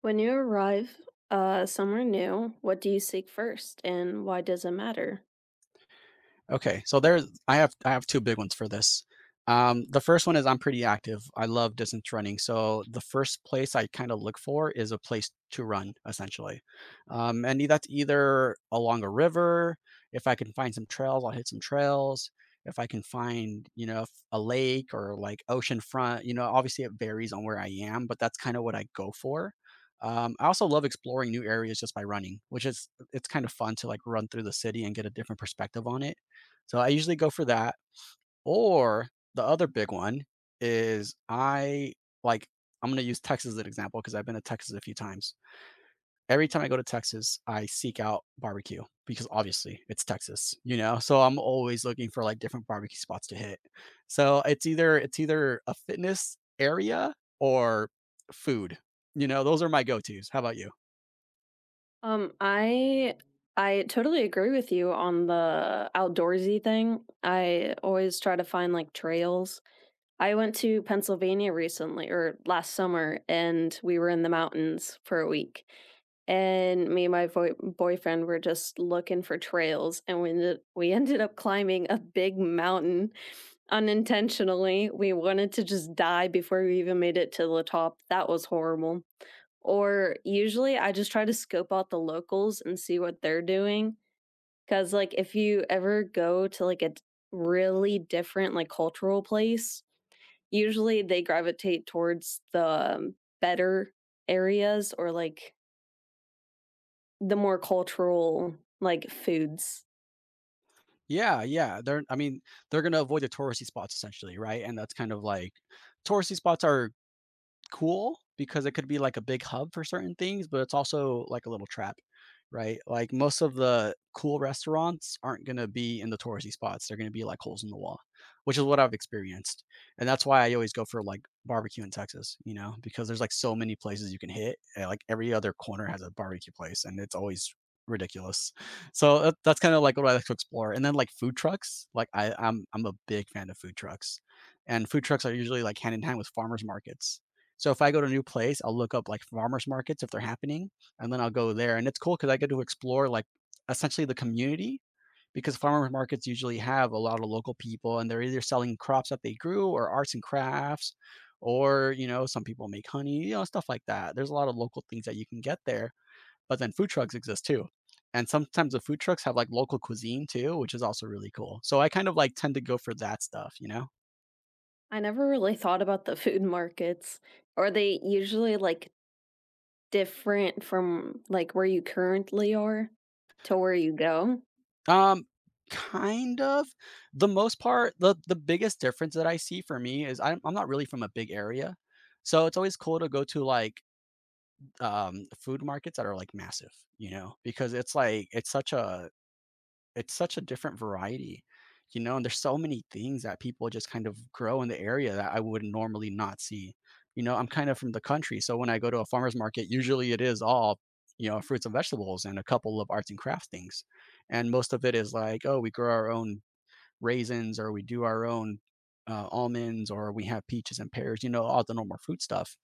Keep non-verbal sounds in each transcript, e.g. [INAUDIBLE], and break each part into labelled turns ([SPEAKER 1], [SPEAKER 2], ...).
[SPEAKER 1] When you arrive somewhere new, what do you seek first, and why does it matter?
[SPEAKER 2] Okay, so there's I have two big ones for this. The first one is I'm pretty active. I love distance running. So the first place I kind of look for is a place to run, essentially. And that's either along a river. If I can find some trails, I'll hit some trails. If I can find, you know, a lake or like ocean front, you know, obviously it varies on where I am, but that's kind of what I go for. I also love exploring new areas just by running, which is it's kind of fun to like run through the city and get a different perspective on it, so I usually go for that. Or the other big one is I like I'm gonna use Texas as an example because I've been to Texas a few times. Every time I go to Texas, I seek out barbecue because obviously it's Texas, you know. So I'm always looking for like different barbecue spots to hit. So it's either a fitness area or food. You know, those are my go-tos. How about you?
[SPEAKER 1] Um, I I totally agree with you on the outdoorsy thing. I always try to find like trails. I went to Pennsylvania recently, or last summer, and we were in the mountains for a week. And me and my boyfriend were just looking for trails, and we [LAUGHS] ended up climbing a big mountain unintentionally. We wanted to just die before we even made it to the top. That was horrible. Or usually I just try to scope out the locals and see what they're doing. Cause like if you ever go to like really different like cultural place, usually they gravitate towards the better areas or like the more cultural like foods.
[SPEAKER 2] Yeah, yeah. They're I mean, they're gonna avoid the touristy spots essentially, right? And that's kind of like touristy spots are cool because it could be like a big hub for certain things, but it's also like a little trap, right? Like most of the cool restaurants aren't going to be in the touristy spots. They're going to be like holes in the wall, which is what I've experienced. And that's why I always go for like barbecue in Texas, you know, because there's like so many places you can hit. Like every other corner has a barbecue place and it's always ridiculous. So that's kind of like what I like to explore. And then like food trucks, like I'm a big fan of food trucks. And food trucks are usually like hand in hand with farmers markets, so if I go to a new place, I'll look up like farmers markets if they're happening, and then I'll go there. And it's cool because I get to explore like essentially the community because farmers markets usually have a lot of local people and they're either selling crops that they grew or arts and crafts, or you know some people make honey, you know, stuff like that. There's a lot of local things that you can get there, but then food trucks exist too, and sometimes the food trucks have like local cuisine too, which is also really cool. So I kind of like tend to go for that stuff, you know.
[SPEAKER 1] I never really thought about the food markets or they usually like different from, like, where you currently are to where you go?
[SPEAKER 2] Um, kind of. The most part, the biggest difference that I see for me is I'm not really from a big area. So it's always cool to go to like food markets that are like massive, you know, because it's such a different variety, you know, and there's so many things that people just kind of grow in the area that I would normally not see. You know, I'm kind of from the country, so when I go to a farmer's market, usually it is all, you know, fruits and vegetables and a couple of arts and crafts things. And most of it is like, oh, we grow our own raisins, or we do our own almonds, or we have peaches and pears, you know, all the normal fruit stuff,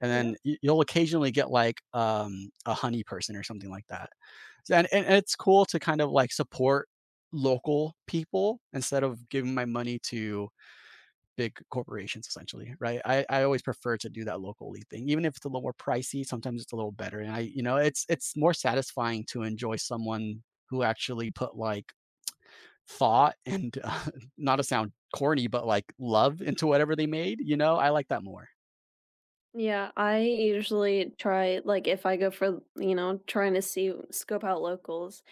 [SPEAKER 2] and
[SPEAKER 1] Yeah.
[SPEAKER 2] then you'll occasionally get like a honey person or something like that. And it's cool to kind of like support local people instead of giving my money to big corporations, essentially, right? I always prefer to do that locally thing. Even if it's a little more pricey, sometimes it's a little better, and i, you know, it's more satisfying to enjoy someone who actually put like thought and [LAUGHS] not to sound corny, but like love into whatever they made, you know. I like that more.
[SPEAKER 1] Yeah, I usually try like, if I go for, trying to see scope out locals,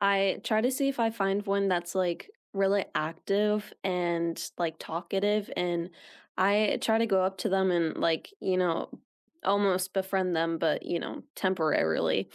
[SPEAKER 1] I try to see if I find one that's, like, really active and, like, talkative, and I try to go up to them and, like, almost befriend them, but temporarily.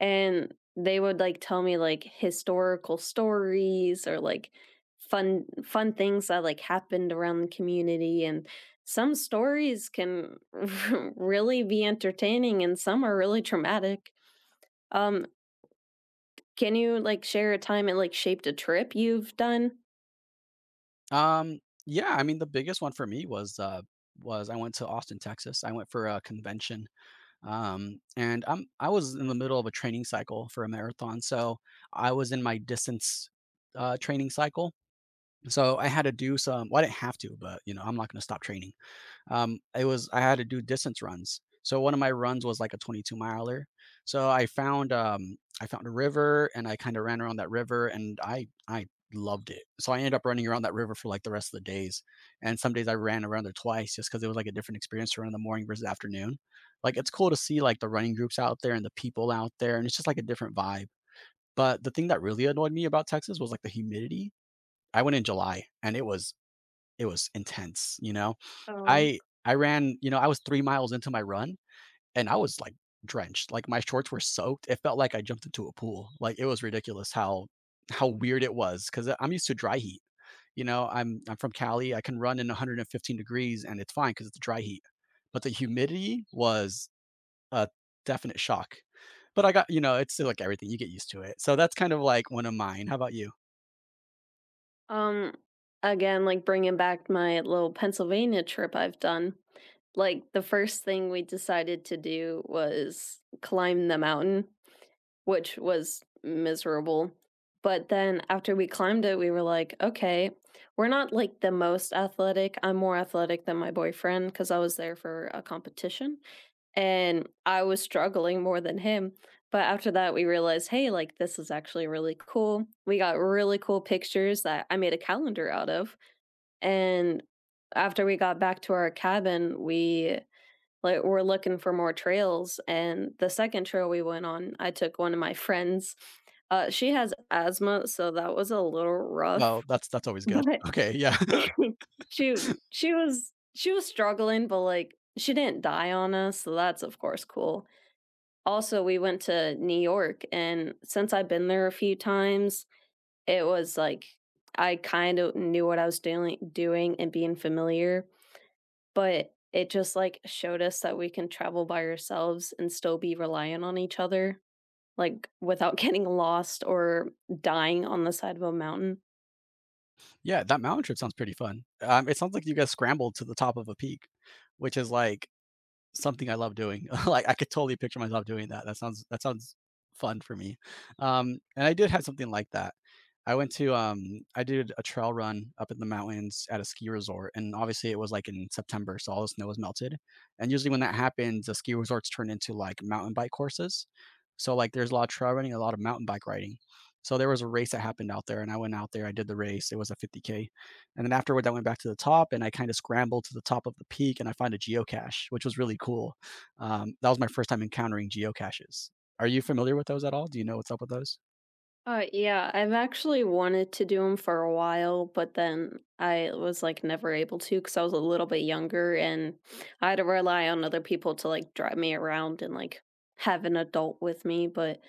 [SPEAKER 1] And they would like tell me like historical stories or like fun things that like happened around the community. And some stories can [LAUGHS] really be entertaining and some are really traumatic. um can you like share a time it like shaped a trip you've done?
[SPEAKER 2] Um, yeah, I mean, the biggest one for me was was I went to Austin, Texas. I went for a convention. And I was in the middle of a training cycle for a marathon, so I was in my distance training cycle. So I had to do some, well, I didn't have to, but you know, I'm not going to stop training. It was I had to do distance runs. So one of my runs was like a 22 miler. So I found a river and I kind of ran around that river and I loved it. So I ended up running around that river for like the rest of the days. And some days I ran around there twice just because it was like a different experience to run in the morning versus afternoon. Like it's cool to see like the running groups out there and the people out there, and it's just like a different vibe. But the thing that really annoyed me about Texas was like the humidity. I went in July and it was intense, you know?
[SPEAKER 1] Oh,
[SPEAKER 2] I ran, you know, I was 3 miles into my run, and I was, like, drenched, like, my shorts were soaked. It felt like I jumped into a pool. Like, it was ridiculous how weird it was. Because 'cause I'm used to dry heat, you know? I'm from Cali, I can run in 115 degrees, and it's fine because it's dry heat. But the humidity was a definite shock. But I got, you know, it's like everything, you get used to it. So that's kind of, like, one of mine. How about you?
[SPEAKER 1] um again like bringing back my little Pennsylvania trip I've done, like the first thing we decided to do was climb the mountain, which was miserable. But then after we climbed it, we were like, okay, we're not like the most athletic. I'm more athletic than my boyfriend because I was there for a competition and I was struggling more than him. But after that, we realized, hey, like this is actually really cool. We got really cool pictures that I made a calendar out of. And after we got back to our cabin, we like we're looking for more trails. And the second trail we went on, I took one of my friends. She has asthma, so that was a little
[SPEAKER 2] Well,
[SPEAKER 1] rough.
[SPEAKER 2] that's always good.
[SPEAKER 1] But
[SPEAKER 2] Okay, yeah. [LAUGHS]
[SPEAKER 1] [LAUGHS] she she was struggling, but like she didn't die on us, so that's of course cool. Also we went to New York, and since I've been there a few times, it was like I kind of knew what I was doing and being familiar. But it just, like, showed us that we can travel by ourselves and still be reliant on each other, like, without [LAUGHS] getting lost or dying on the side of a mountain.
[SPEAKER 2] Yeah, that mountain trip sounds pretty fun. It sounds like you guys scrambled to the top of a peak, which is like something I love doing. [LAUGHS] Like I could totally picture myself doing that. That sounds fun for me. And I did have something like that. I went to I did a trail run up in the mountains at a ski resort, and obviously it was like in September, so all the snow was melted. And usually when that happens, the ski resorts turn into like mountain bike courses. So like there's a lot of trail running, a lot of mountain bike riding. So there was a race that happened out there, and I went out there. I did the race. It was a 50K, and then afterwards, I went back to the top and I kind of scrambled to the top of the peak and I found a geocache, which was really cool. That was my first time encountering geocaches. Are you familiar with those at all? Do you know what's up with those?
[SPEAKER 1] Yeah, I've actually wanted to do them for a while, but then I was, like, never able to because I was a little bit younger and I had to rely on other people to, like, drive me around and, like, have an adult with me. But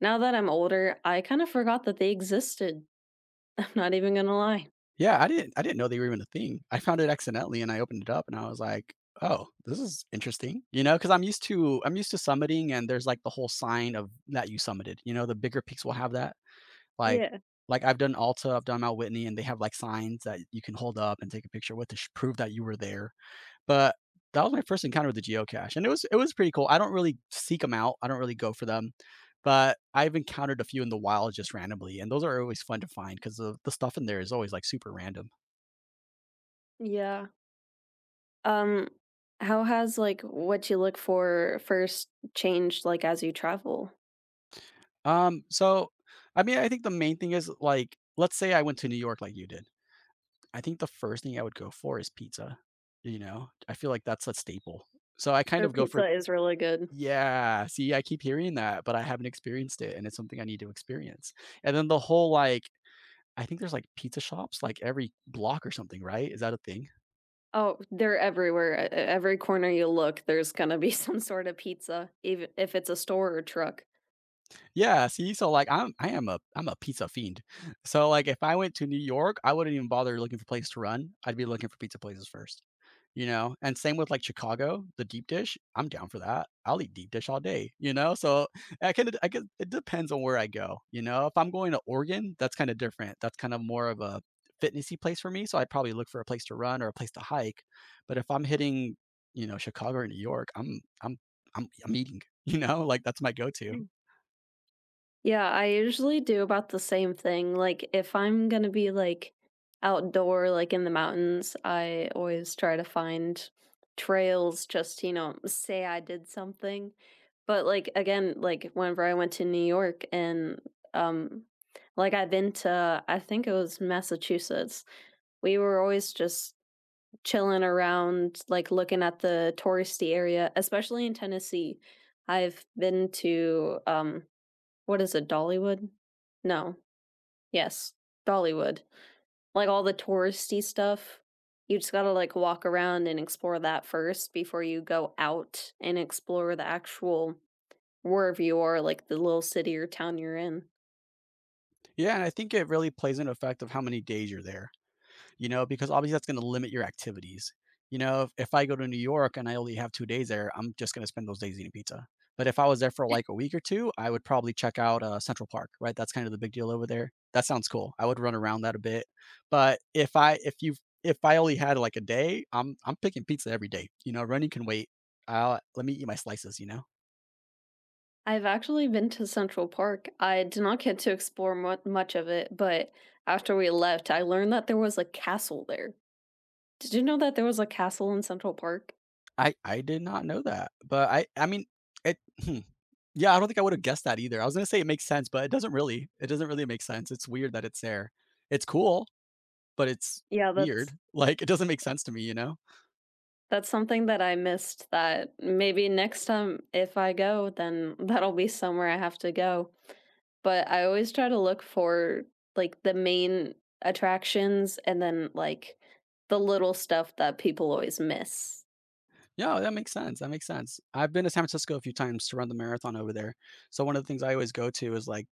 [SPEAKER 1] now that I'm older, I kinda forgot that they existed. [LAUGHS] I'm not even gonna lie.
[SPEAKER 2] Yeah, I didn't know they were even a thing. I found it accidentally and I opened it up and I was like, "Oh, this is interesting." You know, cuz I'm used to summiting and there's like the whole sign of that you summited. You know, the bigger peaks will have that. Like
[SPEAKER 1] Yeah.
[SPEAKER 2] like I've done Alta, I've done Mount Whitney, and they have like signs that you can hold up and take a picture with to prove that you were there. But that was my first encounter with the geocache, and it was pretty cool. I don't really seek them out, I don't really go for them, but I've encountered a few in the wild just randomly, and those are always fun to find because the stuff in there is always, like, super random.
[SPEAKER 1] Yeah. Um, how has, like, what you look for first changed, like, as you travel?
[SPEAKER 2] So, I mean, I think the main thing is, like, let's say I went to New York like you did. I think the first thing I would go for is pizza, you know? I feel like that's a staple. So I kind
[SPEAKER 1] Their
[SPEAKER 2] of go for—
[SPEAKER 1] pizza is really good.
[SPEAKER 2] Yeah, see, I keep hearing that, but I haven't experienced it, and it's something I need to experience. And then the whole, like, I think there's like pizza shops like every block or something, right? Is that a thing?
[SPEAKER 1] Oh, they're everywhere. E e Every corner you look, there's gonna be [LAUGHS] some sort of pizza, even if it's a store or truck.
[SPEAKER 2] Yeah, see, so, like, I'm a pizza fiend. So, like, if I went to New York, I wouldn't even bother looking for place to run. I'd be looking for pizza places first, you know? And same with, like, Chicago, the deep dish, I'm down for that. I'll eat deep dish all day, you know? So, I kinda I can. It depends on where I go, you know? If I'm going to Oregon, that's kinda different. That's kind of more of a fitnessy place for me, so I'd probably look for a place to run or a place to hike. But if I'm hitting, Chicago or New York, I'm eating, [LAUGHS] you know? Like, that's my go-to.
[SPEAKER 1] Mm. Yeah, I usually do about the same thing. Like, if I'm gonna be, like, outdoor, like, in the mountains, I always try to find trails just, you know, say I did something. But, like, again, like, whenever I went to New York, and, um, like, I've been to I think it was Massachusetts, we were always just chilling around, like, looking at the touristy area, especially in Tennessee. I've been to, what is it, Dollywood? No. Yes, Dollywood. Like, all the touristy stuff, you just gotta, like, walk around and explore that first before you go out and explore the actual wherever you are, like the little city or town you're in.
[SPEAKER 2] Yeah, and I think it really plays into effect of how many days you're there, you know, because obviously that's going to limit your activities. You know, if I go to New York and I only have 2 days there, I'm just going to spend those days eating pizza. But if I was there for like a week or two, I would probably check out Central Park, right? That's kind of the big deal over there. That sounds cool. I would run around that a bit. But if I only had like a day, I'm picking pizza every day. You know, running can wait. I'll Let me eat my slices. You know.
[SPEAKER 1] I've actually been to Central Park. I did not get to explore much of it, but after we left, I learned that there was a castle there. Did you know that there was a castle in Central Park?
[SPEAKER 2] I did not know that, but I mean, it hmm. Yeah, I don't think I would've guessed that either. I was gonna say it makes sense, but it doesn't really. It doesn't really make sense. It's weird that it's there. It's cool, but it's
[SPEAKER 1] Yeah,
[SPEAKER 2] weird. [LAUGHS] Like, it doesn't make sense to me, you know?
[SPEAKER 1] that's something that I missed that maybe next time if I go, then that'll be somewhere I have to go. But I always try to look for like the main attractions and then like the little stuff that people always miss.
[SPEAKER 2] Yeah, that makes sense, that makes sense. I've been to San Francisco a few times to run the marathon over there. So one of the things I always go to is, like,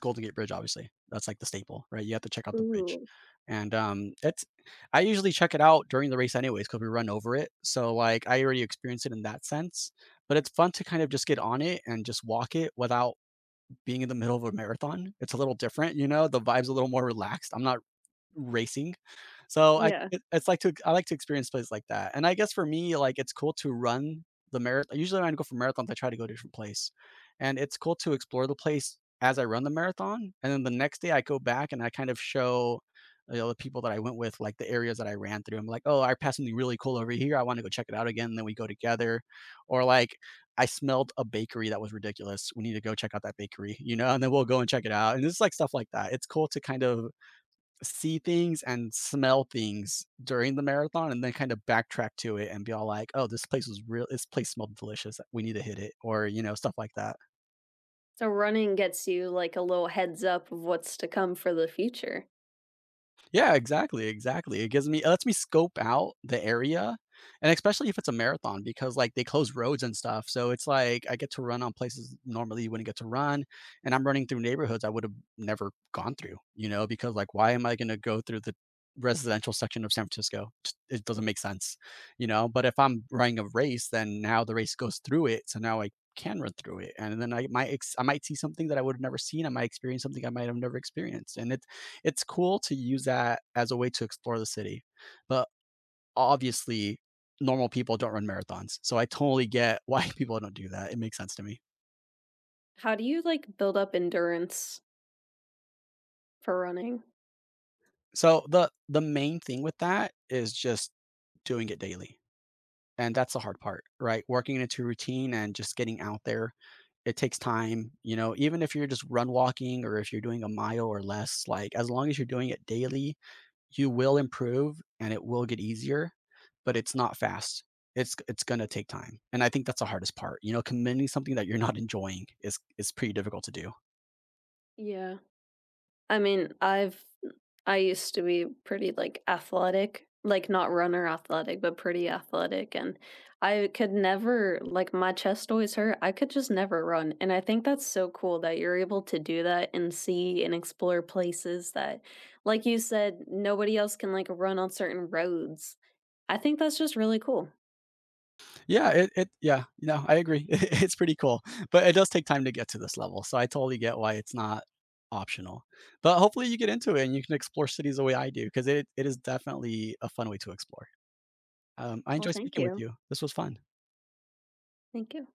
[SPEAKER 2] Golden Gate Bridge, obviously. That's like the staple, right? You have to check out the bridge.
[SPEAKER 1] Ooh.
[SPEAKER 2] And it's I usually check it out during the race anyways because we run over it. So like I already experienced it in that sense. But it's fun to kind of just get on it and just walk it without being in the middle of a marathon. It's a little different, you know, the vibe's a little more relaxed. I'm not racing. So
[SPEAKER 1] Yeah.
[SPEAKER 2] I like to experience places like that. And I guess for me, like, it's cool to run the marathon. Usually when I go for marathons, I try to go to a different place. And it's cool to explore the place as I run the marathon, and then the next day I go back and I kind of show, you know, the people that I went with, like, the areas that I ran through. I'm like, "Oh, I passed something really cool over here. I wanna go check it out again," and then we go together. Or, like, I smelled a bakery that was ridiculous. We need to go check out that bakery, you know, and then we'll go and check it out. And it's like stuff like that. It's cool to kind of see things and smell things during the marathon and then kind of backtrack to it and be all like, oh, this place was real. This place smelled delicious. We need to hit it or, you know, stuff like that.
[SPEAKER 1] So running gets you like a little heads up of what's to come for the future.
[SPEAKER 2] Yeah, exactly, exactly. It lets me scope out the area, and especially if it's a marathon because, like, they close roads and stuff, so it's like I get to run on places normally you wouldn't get to run, and I'm running through neighborhoods I would've never gone through, you know, because, like, why am I gonna go through the residential section of San Francisco? Just it doesn't make sense, you know, but if I'm running a race, then now the race goes through it, so now I can run through it, and then I might see something that I would've never seen, I might experience something I might have never experienced, and it's cool to use that as a way to explore the city. But obviously, normal people don't run marathons. So I totally get why [LAUGHS] people don't do that. It makes sense to me.
[SPEAKER 1] How do you like build up endurance for running?
[SPEAKER 2] So the main thing with that is just doing it daily. And that's the hard part, right? Working into routine and just getting out there. It takes time, you know, even if you're just run walking or if you're doing a mile or less, like, as long as you're doing it daily, you will improve and it will get easier, but it's not fast. It's gonna take time, and I think that's the hardest part, you know, committing something that you're not enjoying is pretty difficult to do.
[SPEAKER 1] Yeah. I mean, I used to be pretty, like, athletic, like, not runner athletic, but pretty athletic, and I could never like, my chest always hurt, I could just never run, and I think that's so cool that you're able to do that and see and explore places that, like you said, nobody else can, like, run on certain roads. I think that's just really cool.
[SPEAKER 2] Yeah, no, I agree. [LAUGHS] It's pretty cool, but it does take time to get to this level, so I totally get why it's not optional, but hopefully you get into it and you can explore cities the way I do, because it is definitely a fun way to explore. I
[SPEAKER 1] Well,
[SPEAKER 2] enjoy
[SPEAKER 1] thank
[SPEAKER 2] speaking with
[SPEAKER 1] you.
[SPEAKER 2] you. This was fun.
[SPEAKER 1] Thank you.